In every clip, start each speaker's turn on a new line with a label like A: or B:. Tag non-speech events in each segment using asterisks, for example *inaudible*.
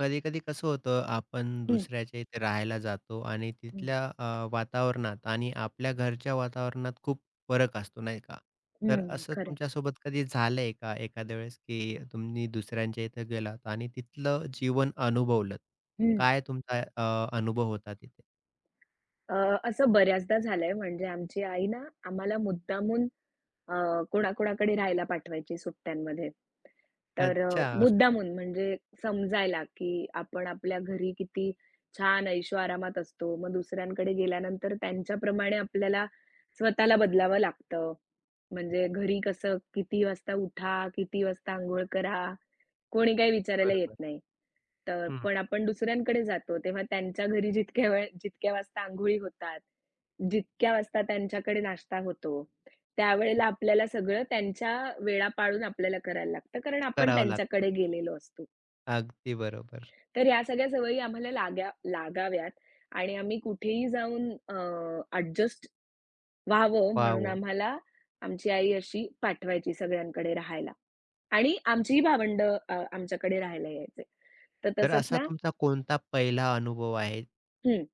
A: कधी-कधी कसं होतं, आपण
B: हं,
A: दुसऱ्याच्या इथे राहायला जातो आणि
B: हं,
A: तिथल्या वातावरणात आणि आपल्या घरच्या वातावरणात खूप फरक असतो, नाही का? तर
B: हं.
A: असं
B: खरं आहे.
A: तुमच्यासोबत कधी झालंय का एखाद्या वेळेस, की तुम्ही दुसऱ्यांच्या इथे गेलात आणि तिथलं जीवन अनुभवलंत?
B: हं.
A: काय तुमचा अनुभव होता तिथे?
B: अ, असं बऱ्याचदा झालंय म्हणजे आमची आई ना आम्हाला मुद्दामून अ, कोणाकोणाकडे राहायला पाठवायची सुट्ट्यांमध्ये. तर
A: अच्छा,
B: मुद्दामून म्हणजे समजायला, की आपण आपल्या घरी किती छान ऐशोआरामात असतो. मग दुसऱ्यांकडे गेल्यानंतर त्यांच्याप्रमाणे आपल्याला स्वतःला बदलावं लागतं. म्हणजे घरी कसं किती वाजता उठा, किती वाजता अंघोळ करा, कोणी काही विचारायला येत
A: बरोबर.
B: नाही. तर
A: हं.
B: पण आपण दुसऱ्यांकडे जातो, तेव्हा त्यांच्या घरी जितक्या वेळ जितक्या वाजता अंघोळी होतात, जितक्या वाजता त्यांच्याकडे नाश्ता होतो, त्यावेळेला आपल्याला सगळं त्यांच्या वेळा पाळून आपल्याला करायला लागतं, कारण आपण
A: करावं लागतं.
B: त्यांच्याकडे गेलेलो असतो.
A: अगदी बरोबर.
B: तर ह्या सगळ्या सवयी आम्हाला लागाव्यात आणि आम्ही कुठेही जाऊन ॲडजस्ट व्हावं म्हणून
A: वाह!
B: आम्हाला आमची आई अशी पाठवायची सगळ्यांकडे राहायला आणि आमचीही भावंडं आमच्याकडे राहायला यायचे. तर
A: तर
B: तसंच
A: असा
B: ना.
A: तुमचा कोणता पहिला अनुभव आहे?
B: हं.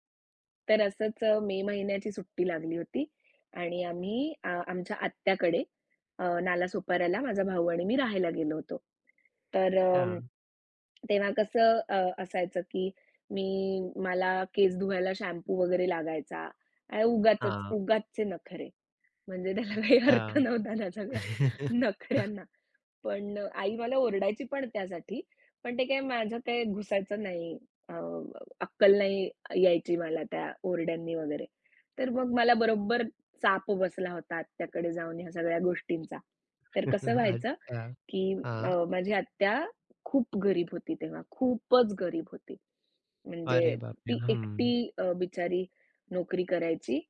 B: तर असंच मे महिन्याची सुट्टी लागली होती आणि आम्ही आमच्या आत्याकडे नालासोपाऱ्याला माझा भाऊ आणि मी राहायला गेलो होतो. तर
A: हां.
B: तेव्हा कसं असायचं की मी मला केस धुवायला शॅम्पू वगैरे लागायचा. आणि उगाचच
A: हां.
B: उगाचचे नखरे म्हणजे त्याला काही अर्थ
A: अच्छा.
B: नव्हता त्या सगळ्या
A: *laughs*
B: नखऱ्यांना. पण आई मला ओरडायची पण त्यासाठी. पण ते काही माझं काही घुसायचं नाही. अ, अक्कल नाही यायची मला त्या ओरड्यांनी वगैरे. तर मग मला बरोबर चाप बसला होता आत्याकडे जाऊन ह्या सगळ्या गोष्टींचा. तर कसं
A: *laughs*
B: व्हायचं
A: अच्छा.
B: की
A: हां.
B: माझी आत्या खूप गरीब होती तेव्हा, खूपच गरीब होती. म्हणजे
A: अरे बापरे!
B: ती
A: हं.
B: एकटी बिचारी नोकरी करायची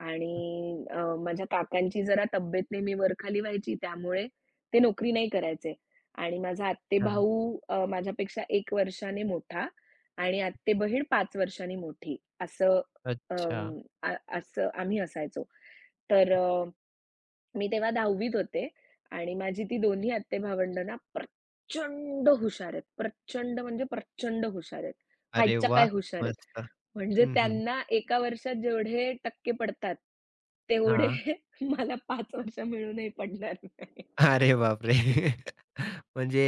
B: आणि माझ्या काकांची जरा तब्येत नेहमी वरखाली व्हायची, त्यामुळे ते नोकरी नाही करायचे आणि माझा
A: अच्छा.
B: आत्तेभाऊ माझ्यापेक्षा 1 वर्षाने मोठा आणि आत्तेबहीण 5 वर्षांनी मोठी असं
A: अच्छा.
B: असं आम्ही असायचो. तर मी तेव्हा 10वीत होते आणि माझी ती दोन्ही आत्ते-भावंडं ना प्रचंड हुशार आहेत. प्रचंड म्हणजे प्रचंड हुशार आहेत.
A: अरे
B: कायच्या काय
A: वाह!
B: हुशार आहेत.
A: मस्त.
B: म्हणजे
A: हं, हं.
B: त्यांना 1 वर्षात जेवढे टक्के पडतात, तेवढे
A: हां.
B: *laughs* मला 5 वर्ष मिळूनही पडणार नाही.
A: अरे बापरे! *laughs* म्हणजे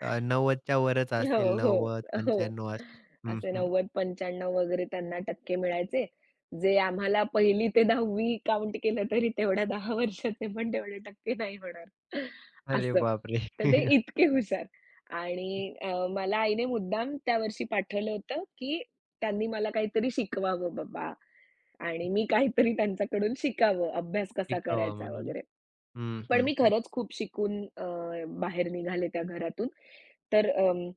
A: 90च्या वरच
B: *laughs* हो,
A: असेल,
B: हो, हो.
A: 90-95 असेल. हं,
B: असे
A: हं.
B: 90-95 वगैरे त्यांना टक्के मिळायचे. जे आम्हाला पहिली ते 10वी काउंट केलं तरी तेवढ्या 10 वर्षाचे पण तेवढे टक्के नाही होणार.
A: अरे
B: असं.
A: बापरे!
B: तर ते
A: *laughs*
B: इतके हुशार. आणि मला आईने मुद्दाम त्या वर्षी पाठवलं होतं, की त्यांनी मला काहीतरी शिकवावं बाबा आणि मी काहीतरी त्यांच्याकडून शिकावं, अभ्यास कसा
A: टिकावा
B: करायचा
A: म्हणून.
B: वगैरे.
A: हं,
B: पण
A: हं,
B: मी
A: हं.
B: खरंच खूप शिकून बाहेर निघाले त्या घरातून. तर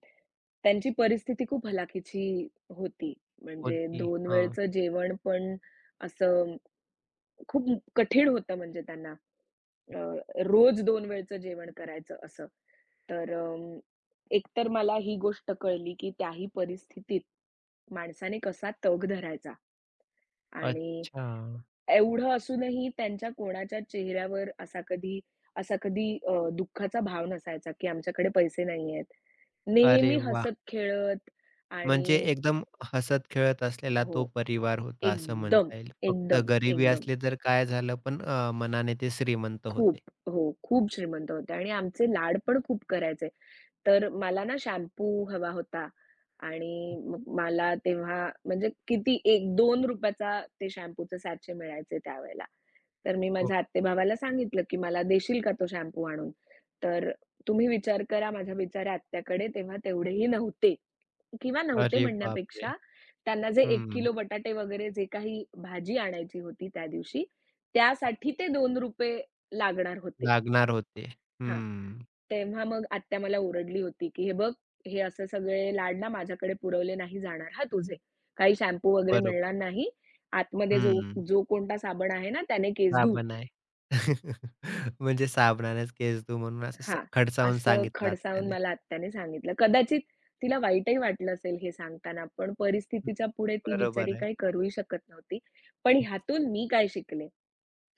B: त्यांची परिस्थिती खूप हलाखीची होती. म्हणजे
A: होती.
B: दोन
A: हां.
B: वेळचं जेवण पण असं खूप कठीण होतं म्हणजे त्यांना. अ, रोज दोन वेळचं जेवण करायचं असं. तर एकतर मला ही गोष्ट कळली, की त्याही परिस्थितीत माणसाने कसा तग धरायचा आणि
A: अच्छा.
B: एवढं असूनही त्यांच्या कोणाच्या चेहऱ्यावर असा कधी दुःखाचा भाव नसायचा, की आमच्याकडे पैसे नाहीयेत.
A: अरे
B: नेहमी
A: वाह!
B: हसत-खेळत
A: म्हणजे
B: आणि
A: एकदम हसत-खेळत असलेला
B: हो,
A: तो परिवार होता असं
B: एकदम,
A: म्हणता येईल. फक्त
B: एकदम,
A: गरिबी
B: एकदम.
A: असली तर काय झालं, पण मनाने ते श्रीमंत
B: खूप.
A: होते.
B: हो, खूप श्रीमंत होते आणि आमचे लाड पण खूप करायचे. तर मला ना शॅम्पू हवा होता आणि मग मला तेव्हा म्हणजे किती एक दोन 2 ते शॅम्पूचं सॅचे मिळायचे त्यावेळेला. तर मी
A: हो.
B: माझ्या आत्तेभावाला सांगितलं, की "मला देशील का तो शॅम्पू आणून?" तर तुम्ही विचार करा माझ्या बिचाऱ्या आत्याकडे तेव्हा तेवढेही नव्हते किंवा नव्हते
A: अरे बापरे!
B: म्हणण्यापेक्षा त्यांना जे 1
A: हं.
B: किलो बटाटे वगैरे जे काही भाजी आणायची होती त्या दिवशी, त्यासाठी ते ₹2 लागणार होते.
A: लागणार होते.
B: हां.
A: हं.
B: तेव्हा मग आत्या मला ओरडली होती, की "हे बघ, हे असे सगळे लाड ना माझ्याकडे पुरवले नाही जाणार हां तुझे. काही शॅम्पू वगैरे
A: बरोबर.
B: मिळणार नाही. आतमध्ये जो
A: हं.
B: जो कोणता साबण आहे ना, त्याने केस धु."
A: साबण आहे. *laughs* म्हणजे साबणानेच केस धु म्हणून असं
B: हां.
A: खडसावून
B: असं
A: सांगितलं आता
B: खडसावून
A: त्याने.
B: मला आत्याने सांगितलं. कदाचित तिला वाईटही वाटलं असेल हे सांगताना, पण परिस्थितीच्या पुढे ती बिचारी
A: बरोबर आहे.
B: काही करूही शकत नव्हती. पण ह्यातून मी काय शिकले?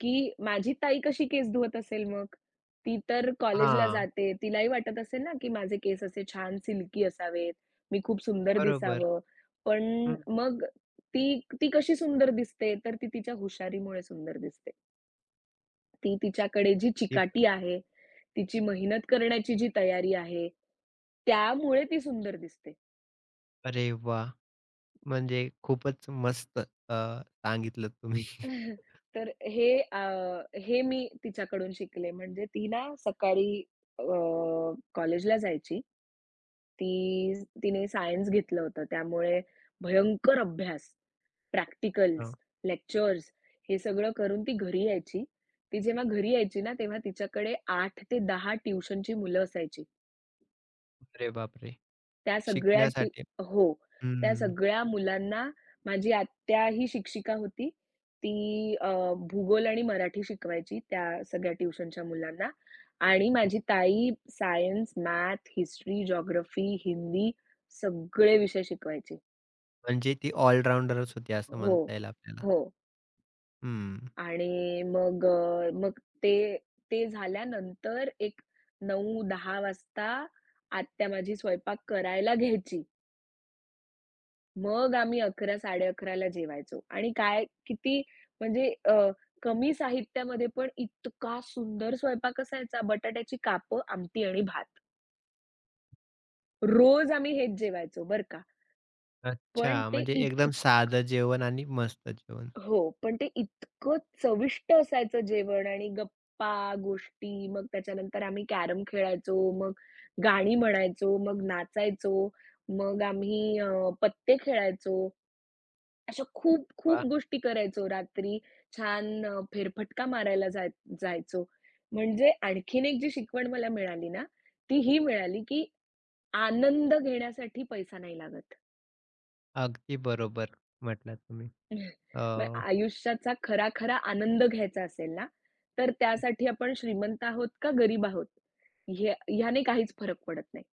B: की माझी ताई कशी केस धुवत असेल मग? ती तर कॉलेजला
A: हां.
B: जाते. तिलाही वाटत असेल ना, की माझे केस असे छान सिल्की असावेत, मी खूप सुंदर
A: बरोबर.
B: दिसावं. पण
A: हं.
B: मग ती ती कशी सुंदर दिसते? तर ती तिच्या हुशारीमुळे सुंदर दिसते. ती तिच्याकडे जी
A: ते पण.
B: चिकाटी आहे, तिची मेहनत करण्याची जी तयारी आहे, त्यामुळे ती सुंदर दिसते.
A: अरे वाह! म्हणजे खूपच मस्त अ, सांगितलत तुम्ही.
B: *laughs* तर हे हे मी तिच्याकडून शिकले. म्हणजे ती ना सकाळी अ, कॉलेजला जायची ती तिने सायन्स घेतलं होतं. त्यामुळे भयंकर अभ्यास, प्रॅक्टिकल्स,
A: *laughs*
B: लेक्चर्स हे सगळं करून ती घरी यायची. ती जेव्हा घरी यायची ना, तेव्हा तिच्याकडे आठ ते 10 ट्युशनची मुलं असायची.
A: अरे बापरे!
B: त्या सगळ्या टी
A: शिकण्यासाठी
B: हो. त्या
A: हं.
B: सगळ्या मुलांना माझी आत्या ही शिक्षिका होती. ती भूगोल आणि मराठी शिकवायची त्या सगळ्या ट्युशनच्या मुलांना आणि माझी ताई science, math, history, geography, Hindi सगळे विषय शिकवायची.
A: म्हणजे ती ऑलराउंडरच होती असं
B: हो,
A: म्हणता येईल आपल्याला.
B: हो.
A: हं.
B: आणि मग मग ते ते झाल्यानंतर एक 9-10 वाजता आत्या माझी स्वयंपाक करायला घ्यायची. मग आम्ही 11, साडे ला जेवायचो आणि काय किती म्हणजे कमी साहित्यामध्ये पण इतका सुंदर स्वयंपाक असायचा. बटाट्याची कापं, आमटी आणि भात. रोज आम्ही हेच जेवायचो बरं का. पण
A: अच्छा,
B: ते
A: म्हणजे
B: इत
A: एकदम साधं जेवण आणि मस्त जेवण.
B: हो, पण ते इतकं चविष्ट असायचं जेवण आणि गप्पा, गोष्टी, मग त्याच्यानंतर आम्ही कॅरम खेळायचो, मग गाणी म्हणायचो, मग नाचायचो, मग आम्ही पत्ते खेळायचो. अशा खूप, खूप
A: वाह!
B: गोष्टी करायचो रात्री. छान फेरफटका मारायला जायचो. म्हणजे आणखीन एक जी शिकवण मला मिळाली ना, ती ही मिळाली, की आनंद घेण्यासाठी पैसा नाही लागत.
A: अगदी बरोबर म्हटलात तुम्ही.
B: *laughs*
A: अ,
B: मग आयुष्याचा खरा-खरा आनंद घ्यायचा असेल ना, तर त्यासाठी आपण श्रीमंत आहोत का गरीब आहोत, ह्या ह्याने काहीच फरक पडत नाही.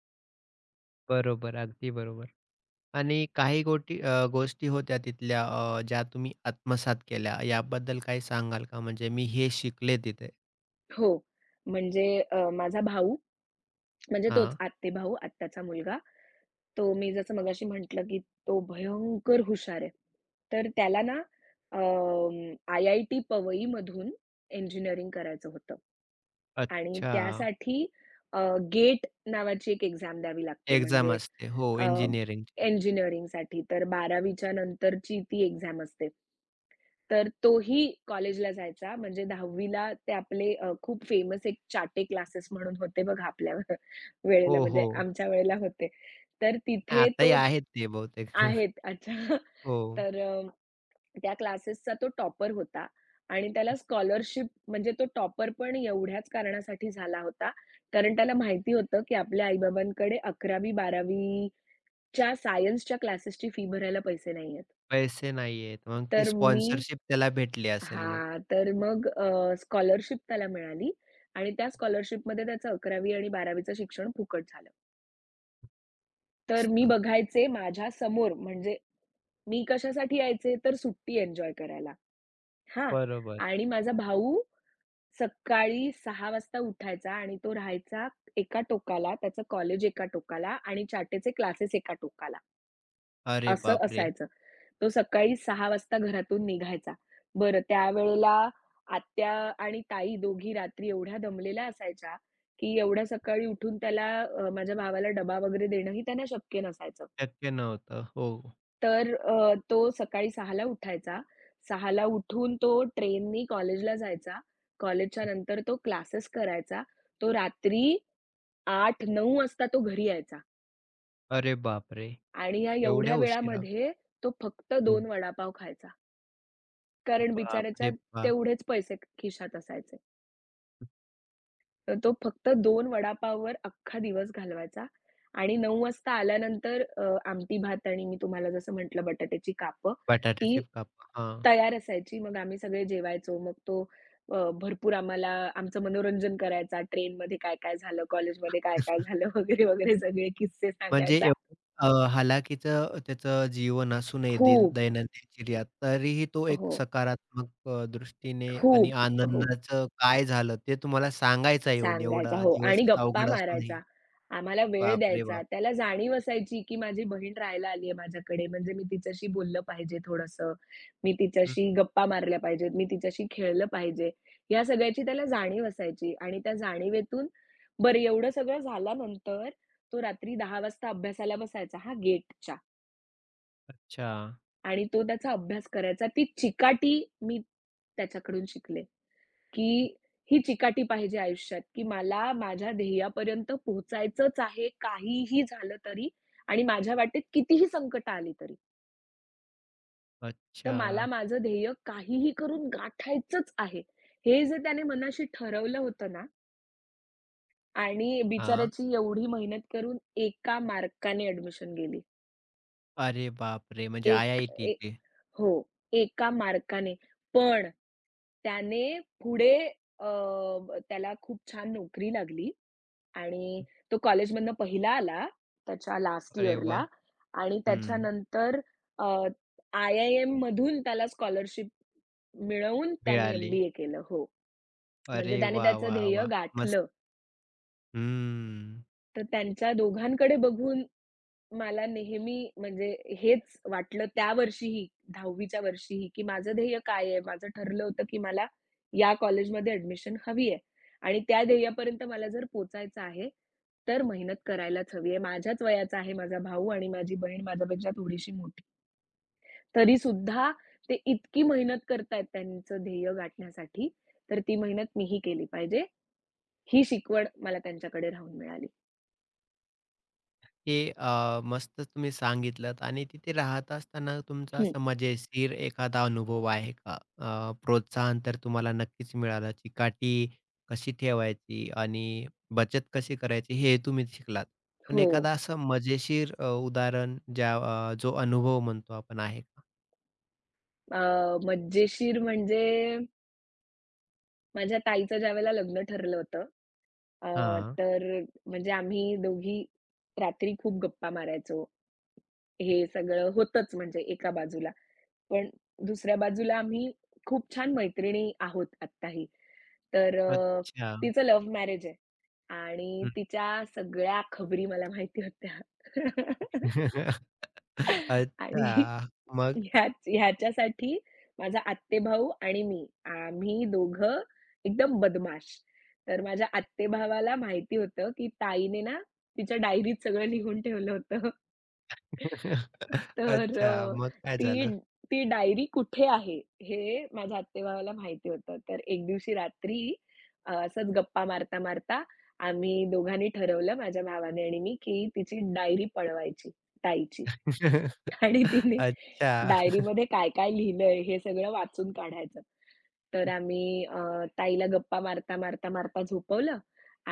A: बरोबर, अगदी बरोबर. आणि काही गोष्टी होत्या तिथल्या, ज्या तुम्ही आत्मसात केल्या याबद्दल काही सांगाल का? म्हणजे मी हे शिकले तिथे.
B: हो, म्हणजे माझा भाऊ म्हणजे तोच
A: हां.
B: आत्ते भाऊ, आत्याचा मुलगा. तो मी जसं मगाशी म्हटलं, की तो भयंकर हुशार आहे. तर त्याला ना आय-आय-टी पवईमधून इंजिनिअरिंग करायचं होतं आणि
A: अच्छा.
B: त्यासाठी अ, गेट नावाची एक एक्झाम द्यावी लागते
A: एक्झाम
B: म्हणजे
A: असते. हो,
B: अ,
A: इंजिनिअरिंगची.
B: इंजिनिअरिंगसाठी. तर 12वी नंतरची ती एक्झाम असते. तर तोही कॉलेजला जायचा. म्हणजे 10वी ला ते आपले खूप फेमस एक चाटे क्लासेस म्हणून होते बघा आपल्या *laughs* वेळेला
A: हो,
B: म्हणजे
A: हो.
B: आमच्या वेळेला होते. तर तिथे
A: आताही
B: तो
A: आहेत ते बहुतेक. *laughs*
B: आहेत. अच्छा. *laughs*
A: हो.
B: तर त्या क्लासेसचा तो टॉपर होता आणि त्याला स्कॉलरशिप म्हणजे तो टॉपर पण एवढ्याच कारणासाठी झाला होता. कारण त्याला माहिती होतं, की आपल्या आई-बाबांकडे 11वी-12वीच्या सायन्सच्या क्लासेसची फी भरायला पैसे नाहीयेत.
A: पैसे नाहीयेत. मग ते
B: तर मी
A: स्पॉन्सरशिप त्याला भेटली असेल मग.
B: हां, तर मग स्कॉलरशिप त्याला मिळाली आणि त्या स्कॉलरशिपमध्ये त्याचं अकरावी आणि 12वीचं शिक्षण फुकट झालं. तर
A: मस्त.
B: मी बघायचे माझ्या समोर, म्हणजे मी कशासाठी यायचे, तर सुट्टी एन्जॉय करायला. हां.
A: बरोबर.
B: आणि माझा भाऊ सकाळी 6:00 वाजता उठायचा आणि तो राहायचा एका टोकाला, त्याचं कॉलेज एका टोकाला आणि चाटेचे क्लासेस एका टोकाला,
A: अरे
B: असं
A: बापरे!
B: असायचं. तो सकाळी 6:00 वाजता घरातून निघायचा. बरं त्यावेळेला आत्या आणि ताई दोघी रात्री एवढ्या दमलेल्या असायच्या, की एवढ्या सकाळी उठून त्याला माझ्या भावाला डबा वगैरे देणंही त्यांना शक्य नसायचं.
A: शक्य नव्हतं. हो.
B: तर तो सकाळी 6:00 ला उठायचा. 6:00 उठून तो ट्रेननी कॉलेजला जायचा. कॉलेजच्या नंतर तो क्लासेस करायचा. तो रात्री 8:00-9:00 वाजता तो घरी यायचा
A: अरे बापरे!
B: आणि ह्या
A: एवढ्या
B: एवढ्या
A: उशिरा.
B: वेळामध्ये तो फक्त
A: हं.
B: 2 वडापाव खायचा. कारण बिचाऱ्याच्या
A: बापरे बाप!
B: तेवढेच पैसे खिशात असायचे. तर तो फक्त 2 वडापाववर अख्खा दिवस घालवायचा आणि 9 वाजता आल्यानंतर आमटी भात आणि मी तुम्हाला जसं म्हटलं बटाट्याची कापं, ती
A: बटाट्याचे काप हां.
B: तयार असायची. मग आम्ही सगळे जेवायचो. मग तो भरपूर आम्हाला आमचं मनोरंजन करायचा. ट्रेनमध्ये काय-काय झालं, कॉलेजमध्ये काय-काय झालं *laughs* वगैरे, वगैरे सगळे किस्से
A: म्हणजे
B: सांगायचा.
A: एवढं हालाखीचं त्याचं जीवन असूनही दिन
B: खूप.
A: दैनंदिन चिर्यात तरीही तो एक
B: हो.
A: सकारात्मक दृष्टीने आणि
B: खूप. हो.
A: आनंदाचं काय झालं ते तुम्हाला सांगायचं येऊन
B: सांगायचा
A: एवढा
B: हो आणि
A: दिवस
B: गप्पा
A: अवघड
B: मारायचा.
A: असूनही.
B: आम्हाला वेळ
A: बापरे
B: द्यायचा.
A: बाप!
B: त्याला जाणीव असायची, की माझी बहीण राहायला आली आहे माझ्याकडे, म्हणजे मी तिच्याशी बोललं पाहिजे थोडंसं. मी
A: हं.
B: तिच्याशी गप्पा मारल्या पाहिजेत, मी तिच्याशी खेळलं पाहिजे. या सगळ्याची त्याला जाणीव असायची आणि त्या जाणीवेतून बरं एवढं सगळं झाल्यानंतर तो रात्री 10:00 वाजता अभ्यासाला बसायचा हा गेटच्या
A: अच्छा.
B: आणि तो त्याचा अभ्यास करायचा. ती चिकाटी मी त्याच्याकडून शिकले. की ही चिकाटी पाहिजे आयुष्यात, की मला माझ्या ध्येयापर्यंत पोहोचायचंच आहे, काहीही झालं तरी आणि माझ्या वाटेत कितीही संकटं आली तरी. तर
A: अच्छा.
B: मला माझं ध्येय काहीही करून गाठायचंच आहे. हे जे त्याने मनाशी ठरवलं होतं ना आणि
A: हां.
B: बिचाऱ्याची एवढी मेहनत करून एका मार्काने ॲडमिशन गेली.
A: अरे बापरे! म्हणजे
B: एक
A: आय-आय-टी
B: एक
A: ते.
B: हो, एका मार्काने. पण त्याने पुढे अ, त्याला खूप छान नोकरी लागली आणि तो कॉलेजमधनं पहिला आला त्याच्या लास्ट
A: अरे वाह!
B: इयरला आणि
A: हं.
B: त्याच्यानंतर अ, आय-आय-एममधून त्याला स्कॉलरशिप मिळवून त्याने
A: मिळाली.
B: एम-बी-ए केलं. हो. म्हणजे
A: अरे
B: त्याने
A: वाह,
B: त्याचं
A: वाह,
B: ध्येय
A: वाह! मस्त.
B: गाठलं.
A: हम्म.
B: तर त्यांच्या दोघांकडे बघून मला नेहमी म्हणजे हेच वाटलं त्या वर्षीही, 10वी च्या वर्षीही, की माझं ध्येय काय आहे? माझं ठरलं होतं, की मला या कॉलेजमध्ये ॲडमिशन हवी आहे आणि त्या ध्येयापर्यंत मला जर पोहोचायचं आहे, तर मेहनत करायलाच हवी आहे. माझ्याच वयाचा आहे माझा भाऊ आणि माझी बहीण माझ्यापेक्षा थोडीशी मोठी. तरीसुद्धा ते इतकी मेहनत करतायत त्यांचं ध्येय गाठण्यासाठी, तर ती मेहनत मीही केली पाहिजे. ही शिकवण मला त्यांच्याकडे राहून मिळाली.
A: हे मस्तच तुम्ही सांगितलत आणि तिथे राहत असताना तुमचा
B: हं.
A: असा मजेशीर एखादा अनुभव आहे का? प्रोत्साहन तर तुम्हाला नक्कीच मिळालं. चिकाटी कशी ठेवायची आणि बचत कशी करायची हे तुम्ही शिकलात. पण
B: हो.
A: एखादा असं मजेशीर उदाहरण जो अनुभव म्हणतो आपण आहे का?
B: अ, मजेशीर म्हणजे माझ्या ताईचं ज्यावेळेला लग्न ठरलं होतं, अ,
A: हां.
B: तर म्हणजे आम्ही दोघी रात्री खूप गप्पा मारायचो. हे सगळं होतंच म्हणजे एका बाजूला. पण दुसऱ्या बाजूला आम्ही खूप छान मैत्रिणी आहोत आत्ताही. तर
A: अच्छा.
B: तिचं लव्ह मॅरेज आहे आणि
A: हं.
B: तिच्या सगळ्या खबरी मला माहिती होत्या *laughs*
A: *laughs*
B: आणि
A: अच्छा. मग?
B: ह्याच ह्याच्यासाठी माझा आत्तेभाऊ आणि मी, आम्ही दोघं एकदम बदमाश. तर माझ्या आत्तेभावाला माहिती होतं, की ताईने ना तिच्या डायरीत सगळं लिहून ठेवलं होतं.
A: *laughs*
B: तर अ,
A: अच्छा. मग काय
B: ती
A: झालं?
B: ती डायरी कुठे आहे, हे माझ्या आत्तेभावाला माहिती होतं. तर एक दिवशी रात्री असंच गप्पा मारता-मारता आम्ही दोघांनी ठरवलं, माझ्या भावाने आणि मी, की तिची डायरी पळवायची, ताईची.
A: *laughs*
B: आणि तिने
A: अच्छा.
B: डायरीमध्ये काय-काय लिहिलंय हे सगळं वाचून काढायचं. तर आम्ही ताईला गप्पा मारता, मारता, मारता झोपवलं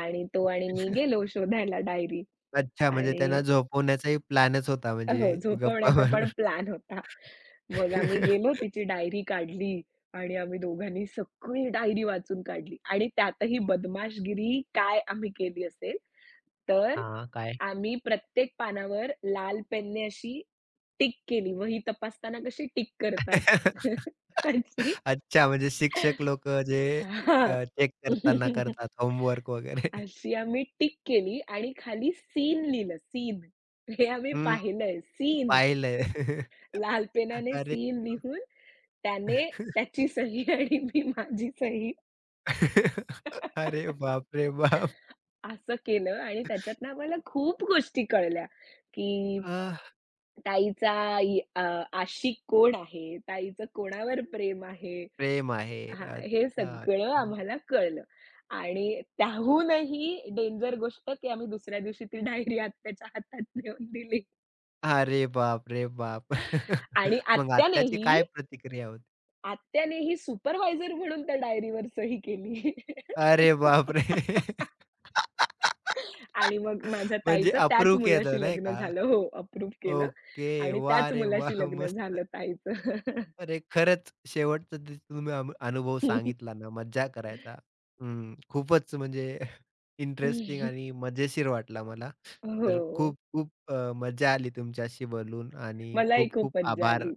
B: आणि तो आणि मी गेलो शोधायला डायरी
A: अच्छा, म्हणजे
B: आणि
A: त्यांना झोपवण्याचाही प्लॅनच होता म्हणजे
B: हो,
A: गप्पा
B: झोपवण्याचा
A: मारून.
B: पण प्लॅन होता. मग आम्ही गेलो,
A: *laughs*
B: तिची डायरी काढली आणि आम्ही दोघांनी सगळी डायरी वाचून काढली आणि त्यातही बदमाशगिरी काय आम्ही केली असेल, तर
A: हां, काय?
B: आम्ही प्रत्येक पानावर लाल पेनने अशी टिक केली. वही तपासताना कशी टिक करतात,
A: *laughs*
B: *laughs* अशी.
A: अच्छा, म्हणजे शिक्षक लोकं जे
B: हां.
A: चेक करताना
B: *laughs*
A: करतात होमवर्क वगैरे.
B: अशी आम्ही टिक केली आणि खाली सीन लिहिलं, सीन. हे आम्ही
A: हं,
B: पाहिलंय, सीन.
A: पाहिलंय. *laughs*
B: लाल पेनाने
A: अरे!
B: सीन
A: बाप.
B: लिहून त्याने त्याची सही *laughs* आणि मी माझी सही
A: *laughs* अरे
B: *laughs*
A: बाप रे बाप!
B: असं केलं आणि त्याच्यातनं आम्हाला खूप गोष्टी कळल्या, की
A: आह!
B: ताईचा इ अ, आशिक कोण आहे, ताईचं कोणावर प्रेम आहे,
A: प्रेम आहे.
B: हां, हे
A: अच्छा,
B: सगळं
A: अच्छा.
B: आम्हाला कळलं आणि त्याहूनही डेंजर गोष्ट, की आम्ही दुसऱ्या दिवशी ती डायरी आत्याच्या हातात नेऊन दिली
A: अरे बापरे बाप! *laughs*
B: आणि
A: मग आत्याची
B: आत्यानेही
A: काय प्रतिक्रिया होती?
B: आत्यानेही सुपरवायझर म्हणून त्या डायरीवर सही केली.
A: अरे बाप
B: *laughs*
A: बापरे! *laughs*
B: आणि मग माझ्या
A: म्हणजे
B: ताईचं त्याच
A: अप्रूव्ह केलं
B: मुलाशी
A: नाही
B: लग्न
A: का?
B: झालं. हो, अप्रूव्ह केलं
A: ओके.
B: आणि
A: वा
B: त्याच
A: रे
B: मुलाशी
A: वाह!
B: लग्न
A: मस्त.
B: झालं ताईचं.
A: अरे, खरंच शेवटचा जे तुम्ही अनुभव
B: *laughs*
A: सांगितला ना, मज्जा करायचा. हं, खूपच म्हणजे *laughs* इंटरेस्टिंग आणि मजेशीर वाटला मला. तर
B: हो,
A: खूप-खूप मजा आली तुमच्याशी बोलून आणि
B: मलाही खूप
A: खूप-खूप
B: मज्जा
A: आभार.
B: आली.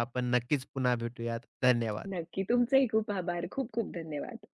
A: आपण नक्कीच पुन्हा भेटूयात. धन्यवाद.
B: नक्की. तुमचेही खूप आभार. खूप खूप धन्यवाद.